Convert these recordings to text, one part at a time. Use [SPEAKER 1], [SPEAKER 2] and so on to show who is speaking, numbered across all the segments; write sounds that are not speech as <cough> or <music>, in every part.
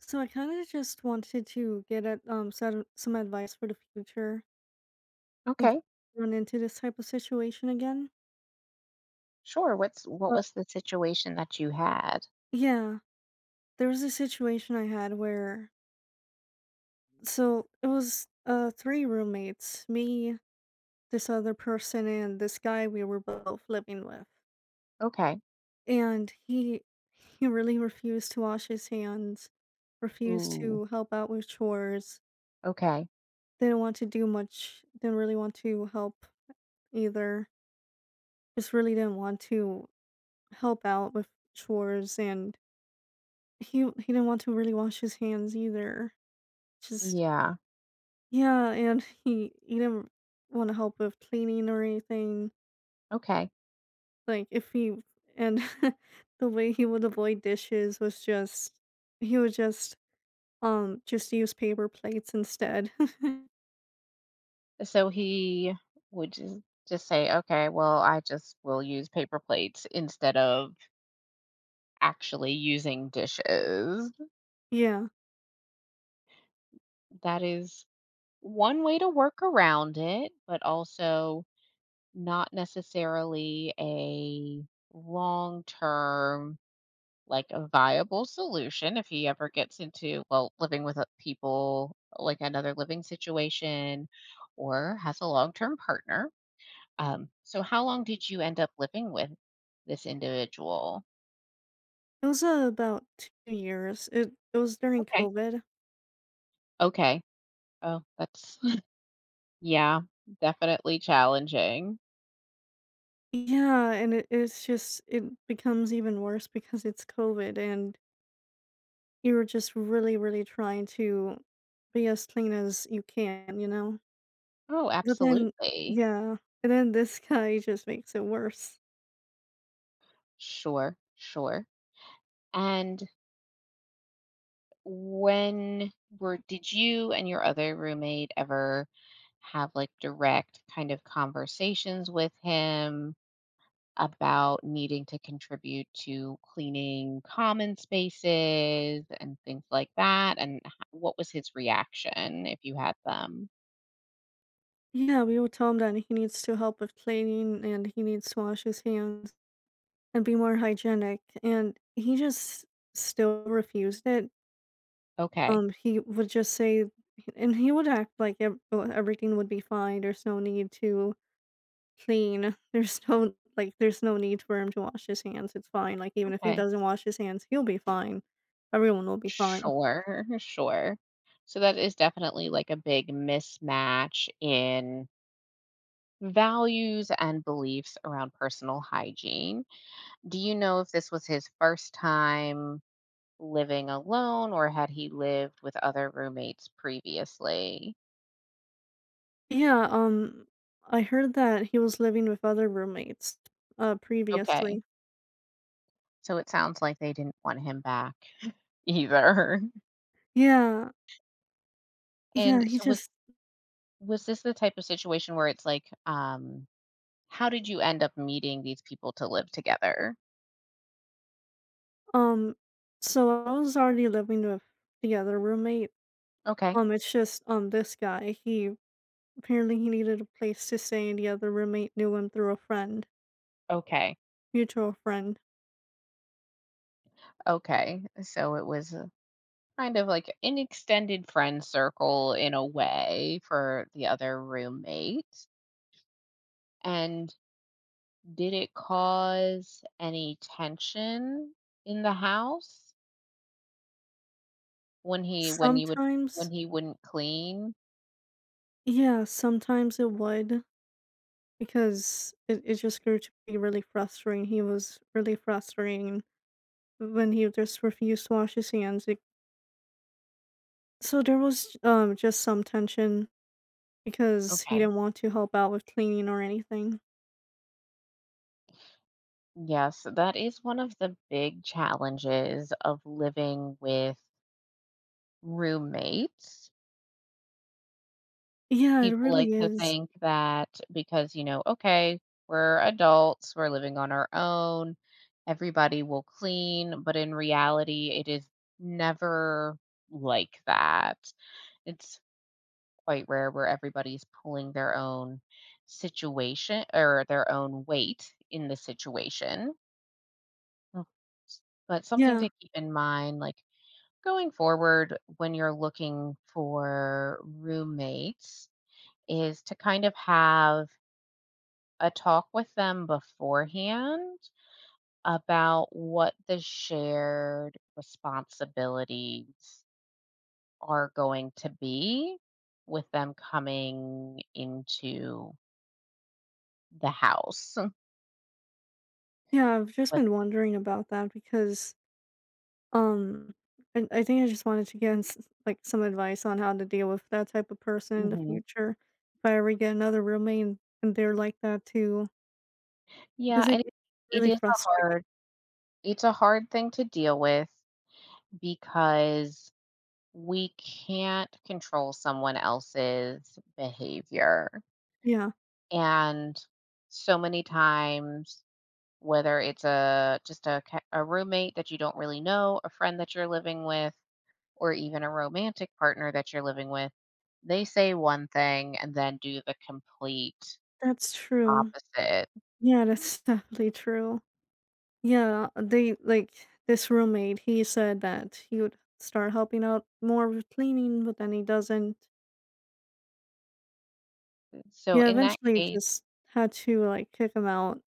[SPEAKER 1] So I kind of just wanted to get at some advice for the future in case
[SPEAKER 2] Okay.
[SPEAKER 1] I run into this type of situation again.
[SPEAKER 2] Sure. What
[SPEAKER 1] Uh,
[SPEAKER 2] was the situation that you had?
[SPEAKER 1] yeah, there was a situation I had where so it was three roommates, me, this other person, and this guy we were both living with,
[SPEAKER 2] Okay.
[SPEAKER 1] and he really refused to wash his hands, refused
[SPEAKER 2] Ooh.
[SPEAKER 1] to help out with chores,
[SPEAKER 2] Okay.
[SPEAKER 1] didn't want to do much, didn't really want to help either, just really didn't want to help out with chores, and he didn't want to really wash his hands either. Just
[SPEAKER 2] Yeah.
[SPEAKER 1] yeah, and he didn't want to help with cleaning or anything.
[SPEAKER 2] Okay.
[SPEAKER 1] Like if he, and <laughs> the way he would avoid dishes was just he would just use paper plates instead. <laughs>
[SPEAKER 2] So he would just say, okay, well, I just will use paper plates instead of actually using dishes.
[SPEAKER 1] Yeah.
[SPEAKER 2] That is one way to work around it, but also not necessarily a long term, like a viable solution if he ever gets into, well, living with people, like another living situation, or has a long-term partner. So how long did you end up living with this individual?
[SPEAKER 1] It was about 2 years. It was during
[SPEAKER 2] Okay.
[SPEAKER 1] COVID.
[SPEAKER 2] Okay. Oh, that's <laughs> yeah, definitely challenging.
[SPEAKER 1] Yeah, and it's just it becomes even worse because it's COVID, and you were just really, really trying to be as clean as you can, you know?
[SPEAKER 2] Oh,
[SPEAKER 1] But then
[SPEAKER 2] absolutely.
[SPEAKER 1] yeah, and then this <laughs> guy just makes it worse.
[SPEAKER 2] Sure, sure. And when were did you and your other roommate ever have like direct kind of conversations with him about needing to contribute to cleaning common spaces and things like that, and what was his reaction if you had them?
[SPEAKER 1] Yeah, we would tell him that he needs to help with cleaning and he needs to wash his hands and be more hygienic, and he just still refused it.
[SPEAKER 2] Okay.
[SPEAKER 1] He would just say, and he would act like ev well, everything would be fine, there's no need to clean. There's no, like, there's no need for him to wash his hands, it's fine, like, even if he
[SPEAKER 2] Okay.
[SPEAKER 1] doesn't wash his hands, he'll be fine. Everyone will be fine.
[SPEAKER 2] Sure. <laughs> Sure. So that is definitely like a big mismatch in values and beliefs around personal hygiene. Do you know if this was his first time living alone, or had he lived with other roommates previously?
[SPEAKER 1] Yeah, um, I heard that he was living with other roommates,
[SPEAKER 2] Okay.
[SPEAKER 1] previously.
[SPEAKER 2] So it sounds like they didn't want him back <laughs> either.
[SPEAKER 1] Yeah. Yeah,
[SPEAKER 2] And
[SPEAKER 1] he
[SPEAKER 2] so was
[SPEAKER 1] just
[SPEAKER 2] was this the type of situation where it's like, how did you end up meeting these people to live together?
[SPEAKER 1] um, so I was already living with the other roommate.
[SPEAKER 2] Okay.
[SPEAKER 1] This guy, he apparently he needed a place to stay, and the other roommate knew him through a friend,
[SPEAKER 2] Okay.
[SPEAKER 1] mutual friend.
[SPEAKER 2] Okay. So it was kind of like an extended friend circle in a way for the other roommates. And did it cause any tension in the house when he when you would, when
[SPEAKER 1] Sometimes.
[SPEAKER 2] he wouldn't clean?
[SPEAKER 1] Yeah, sometimes it would, because it just grew to be really frustrating. He was really frustrating when he just refused to wash his hands. Like, so there was just some tension because he
[SPEAKER 2] Okay.
[SPEAKER 1] didn't want to help out with cleaning or anything.
[SPEAKER 2] Yes, that is one of the big challenges of living with roommates.
[SPEAKER 1] Yeah, it
[SPEAKER 2] People like
[SPEAKER 1] really
[SPEAKER 2] to
[SPEAKER 1] is.
[SPEAKER 2] think that, because, you know, okay, we're adults, we're living on our own, everybody will clean, but in reality, it is never like that. It's quite rare where everybody's pulling their own situation, or their own weight in the situation. Mm. But something
[SPEAKER 1] Yeah.
[SPEAKER 2] to keep in mind, like going forward when you're looking for roommates, is to kind of have a talk with them beforehand about what the shared responsibilities are going to be with them coming into the house.
[SPEAKER 1] Yeah, I've just
[SPEAKER 2] But
[SPEAKER 1] been wondering about that because um I think I just wanted to get like some advice on how to deal with that type of person in the
[SPEAKER 2] mhm.
[SPEAKER 1] future if I ever get another roommate and they're like that too.
[SPEAKER 2] Yeah,
[SPEAKER 1] Because
[SPEAKER 2] and
[SPEAKER 1] it
[SPEAKER 2] it
[SPEAKER 1] it's
[SPEAKER 2] it
[SPEAKER 1] really
[SPEAKER 2] is a
[SPEAKER 1] frustrating.
[SPEAKER 2] hard, it's a hard thing to deal with, because we can't control someone else's behavior,
[SPEAKER 1] Yeah.
[SPEAKER 2] and so many times, whether it's a just a ca a roommate that you don't really know, a friend that you're living with, or even a romantic partner that you're living with, they say one thing and then do the complete
[SPEAKER 1] That's true.
[SPEAKER 2] opposite.
[SPEAKER 1] Yeah, that's <laughs> definitely true. Yeah, they like, this roommate, he said that he would start helping out more with cleaning, but then he doesn't.
[SPEAKER 2] So
[SPEAKER 1] Yeah,
[SPEAKER 2] in that
[SPEAKER 1] eventually
[SPEAKER 2] case,
[SPEAKER 1] just had to, like, kick him out.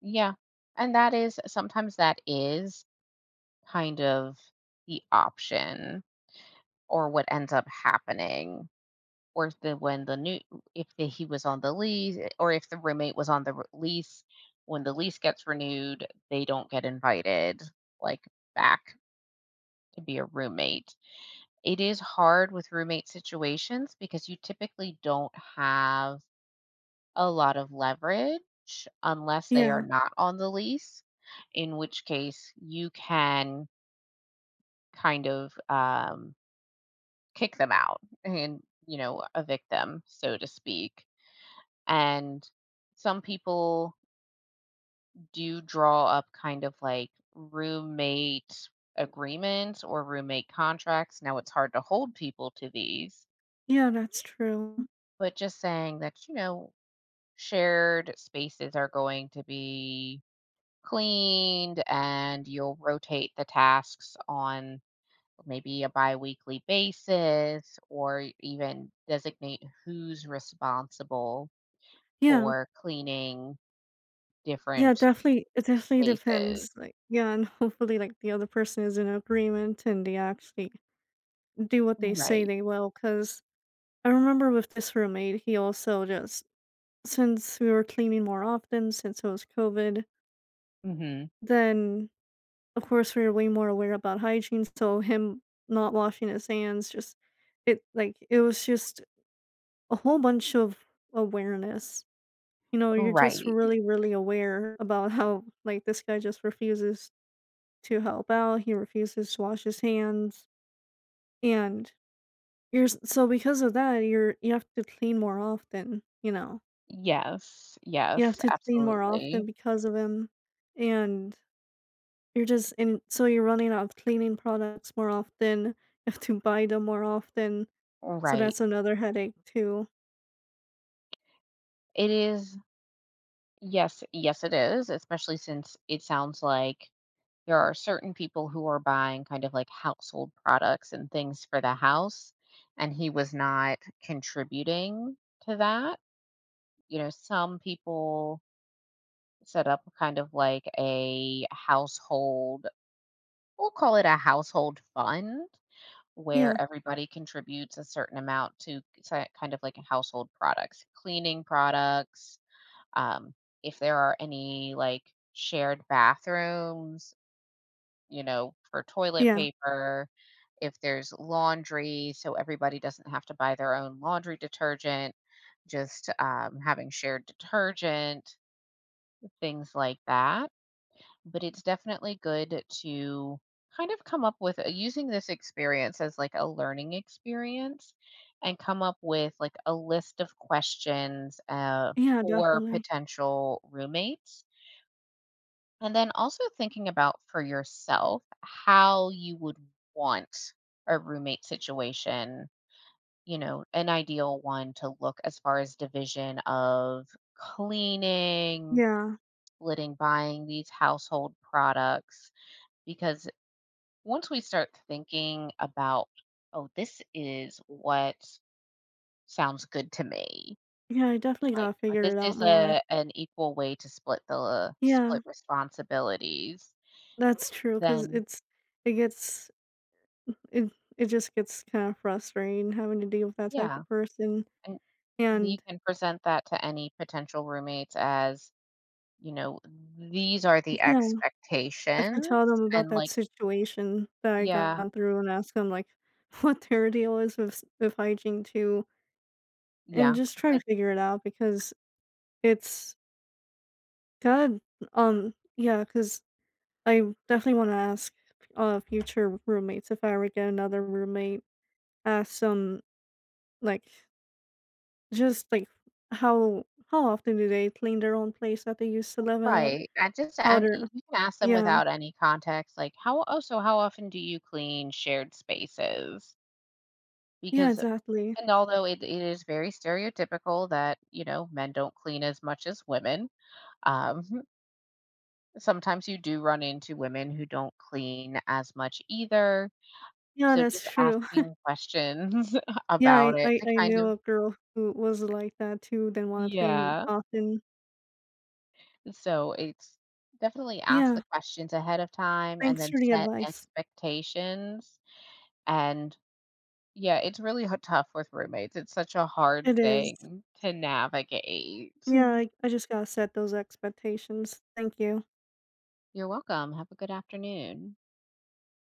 [SPEAKER 2] yeah. And that is, sometimes that is kind of the option or what ends up happening. Or the, when the new, if the, he was on the lease, or if the roommate was on the lease, when the lease gets renewed, they don't get invited, like, back to be a roommate. It is hard with roommate situations because you typically don't have a lot of leverage unless they are
[SPEAKER 1] Yeah.
[SPEAKER 2] not on the lease, in which case you can kind of, kick them out and, you know, evict them, so to speak. And some people do draw up kind of like roommate agreements or roommate contracts. Now, it's hard to hold people to these,
[SPEAKER 1] Yeah, that's true.
[SPEAKER 2] but just saying that, you know, shared spaces are going to be cleaned and you'll rotate the tasks on maybe a biweekly basis, or even designate who's responsible
[SPEAKER 1] Yeah.
[SPEAKER 2] for cleaning
[SPEAKER 1] Yeah,
[SPEAKER 2] different
[SPEAKER 1] definitely, it definitely
[SPEAKER 2] spaces.
[SPEAKER 1] depends, like yeah, and hopefully, like, the other person is in agreement and they actually do what they say
[SPEAKER 2] Right.
[SPEAKER 1] they will. Because I remember with this roommate, he also just, since we were cleaning more often since it was COVID,
[SPEAKER 2] Hmm.
[SPEAKER 1] then of course we were way more aware about hygiene. So him not washing his hands, just it, like it was just a whole bunch of awareness. You know, you're just
[SPEAKER 2] Right.
[SPEAKER 1] really, really aware about how, like, this guy just refuses to help out. He refuses to wash his hands, and you're so because of that, you're, you have to clean more often. You know,
[SPEAKER 2] Yes.
[SPEAKER 1] you have
[SPEAKER 2] Yes.
[SPEAKER 1] to clean more
[SPEAKER 2] Absolutely.
[SPEAKER 1] often because of him, and you're just, and so you're running out of cleaning products more often, you have to buy them more often, so
[SPEAKER 2] Right.
[SPEAKER 1] that's another headache too.
[SPEAKER 2] It is. Yes. Yes, it is, especially since it sounds like there are certain people who are buying kind of like household products and things for the house, and he was not contributing to that. You know, some people set up kind of like a household, we'll call it a household fund, where
[SPEAKER 1] Yeah.
[SPEAKER 2] everybody contributes a certain amount to kind of like household products, cleaning products, um, if there are any like shared bathrooms, you know, for toilet
[SPEAKER 1] Yeah.
[SPEAKER 2] paper, if there's laundry, so everybody doesn't have to buy their own laundry detergent, just having shared detergent, things like that. But it's definitely good to kind of come up with, using this experience as like a learning experience, and come up with like a list of questions,
[SPEAKER 1] Yeah,
[SPEAKER 2] for
[SPEAKER 1] definitely.
[SPEAKER 2] potential roommates, and then also thinking about for yourself how you would want a roommate situation, you know, an ideal one, to look as far as division of cleaning,
[SPEAKER 1] Yeah.
[SPEAKER 2] splitting, buying these household products. Because once we start thinking about, oh, this is what sounds good to me.
[SPEAKER 1] Yeah, I definitely
[SPEAKER 2] Like,
[SPEAKER 1] gotta
[SPEAKER 2] or
[SPEAKER 1] figure
[SPEAKER 2] this
[SPEAKER 1] it out
[SPEAKER 2] is
[SPEAKER 1] more.
[SPEAKER 2] a an equal way to split the
[SPEAKER 1] Yeah,
[SPEAKER 2] split responsibilities,
[SPEAKER 1] that's true. Cause
[SPEAKER 2] then
[SPEAKER 1] it's it gets, it it just gets kinda frustrating having to deal with that type
[SPEAKER 2] yeah.
[SPEAKER 1] of person,
[SPEAKER 2] And we
[SPEAKER 1] and
[SPEAKER 2] can present that to any potential roommates as, you know, these are the
[SPEAKER 1] yeah, I can
[SPEAKER 2] expectations
[SPEAKER 1] tell them about
[SPEAKER 2] and
[SPEAKER 1] that
[SPEAKER 2] like,
[SPEAKER 1] situation that I
[SPEAKER 2] yeah,
[SPEAKER 1] got through and ask them, like, <laughs> what their deal is with s with hygiene too. And
[SPEAKER 2] yeah,
[SPEAKER 1] just try to
[SPEAKER 2] like,
[SPEAKER 1] figure it out because it's good. Yeah. Cause I definitely wanna ask, future roommates if I ever get another roommate, ask them, like, just, like, how often do they clean their own place that they used to live at?
[SPEAKER 2] right. I just,
[SPEAKER 1] How
[SPEAKER 2] and
[SPEAKER 1] they're.
[SPEAKER 2] you can ask them
[SPEAKER 1] Yeah.
[SPEAKER 2] without any context, like, how, oh, so how often do you clean shared spaces?
[SPEAKER 1] Yeah,
[SPEAKER 2] Because,
[SPEAKER 1] exactly.
[SPEAKER 2] and although it is very stereotypical that, you know, men don't clean as much as women, um, <laughs> sometimes you do run into women who don't clean as much either.
[SPEAKER 1] Yeah,
[SPEAKER 2] So
[SPEAKER 1] that's
[SPEAKER 2] just
[SPEAKER 1] true. <laughs>
[SPEAKER 2] asking questions <laughs>
[SPEAKER 1] Yeah, I
[SPEAKER 2] about it
[SPEAKER 1] I
[SPEAKER 2] to
[SPEAKER 1] I
[SPEAKER 2] kind
[SPEAKER 1] knew
[SPEAKER 2] of,
[SPEAKER 1] a girl who was like that too, didn't wanna clean
[SPEAKER 2] yeah.
[SPEAKER 1] often.
[SPEAKER 2] So it's, definitely ask
[SPEAKER 1] Yeah,
[SPEAKER 2] the questions ahead of time and
[SPEAKER 1] thanks
[SPEAKER 2] then
[SPEAKER 1] for the
[SPEAKER 2] set
[SPEAKER 1] advice.
[SPEAKER 2] expectations. And yeah, it's really tough with roommates. It's such a hard
[SPEAKER 1] It is.
[SPEAKER 2] thing to navigate.
[SPEAKER 1] Yeah,
[SPEAKER 2] Mhm.
[SPEAKER 1] I just gotta set those expectations. Thank you.
[SPEAKER 2] You're welcome. Have a good afternoon.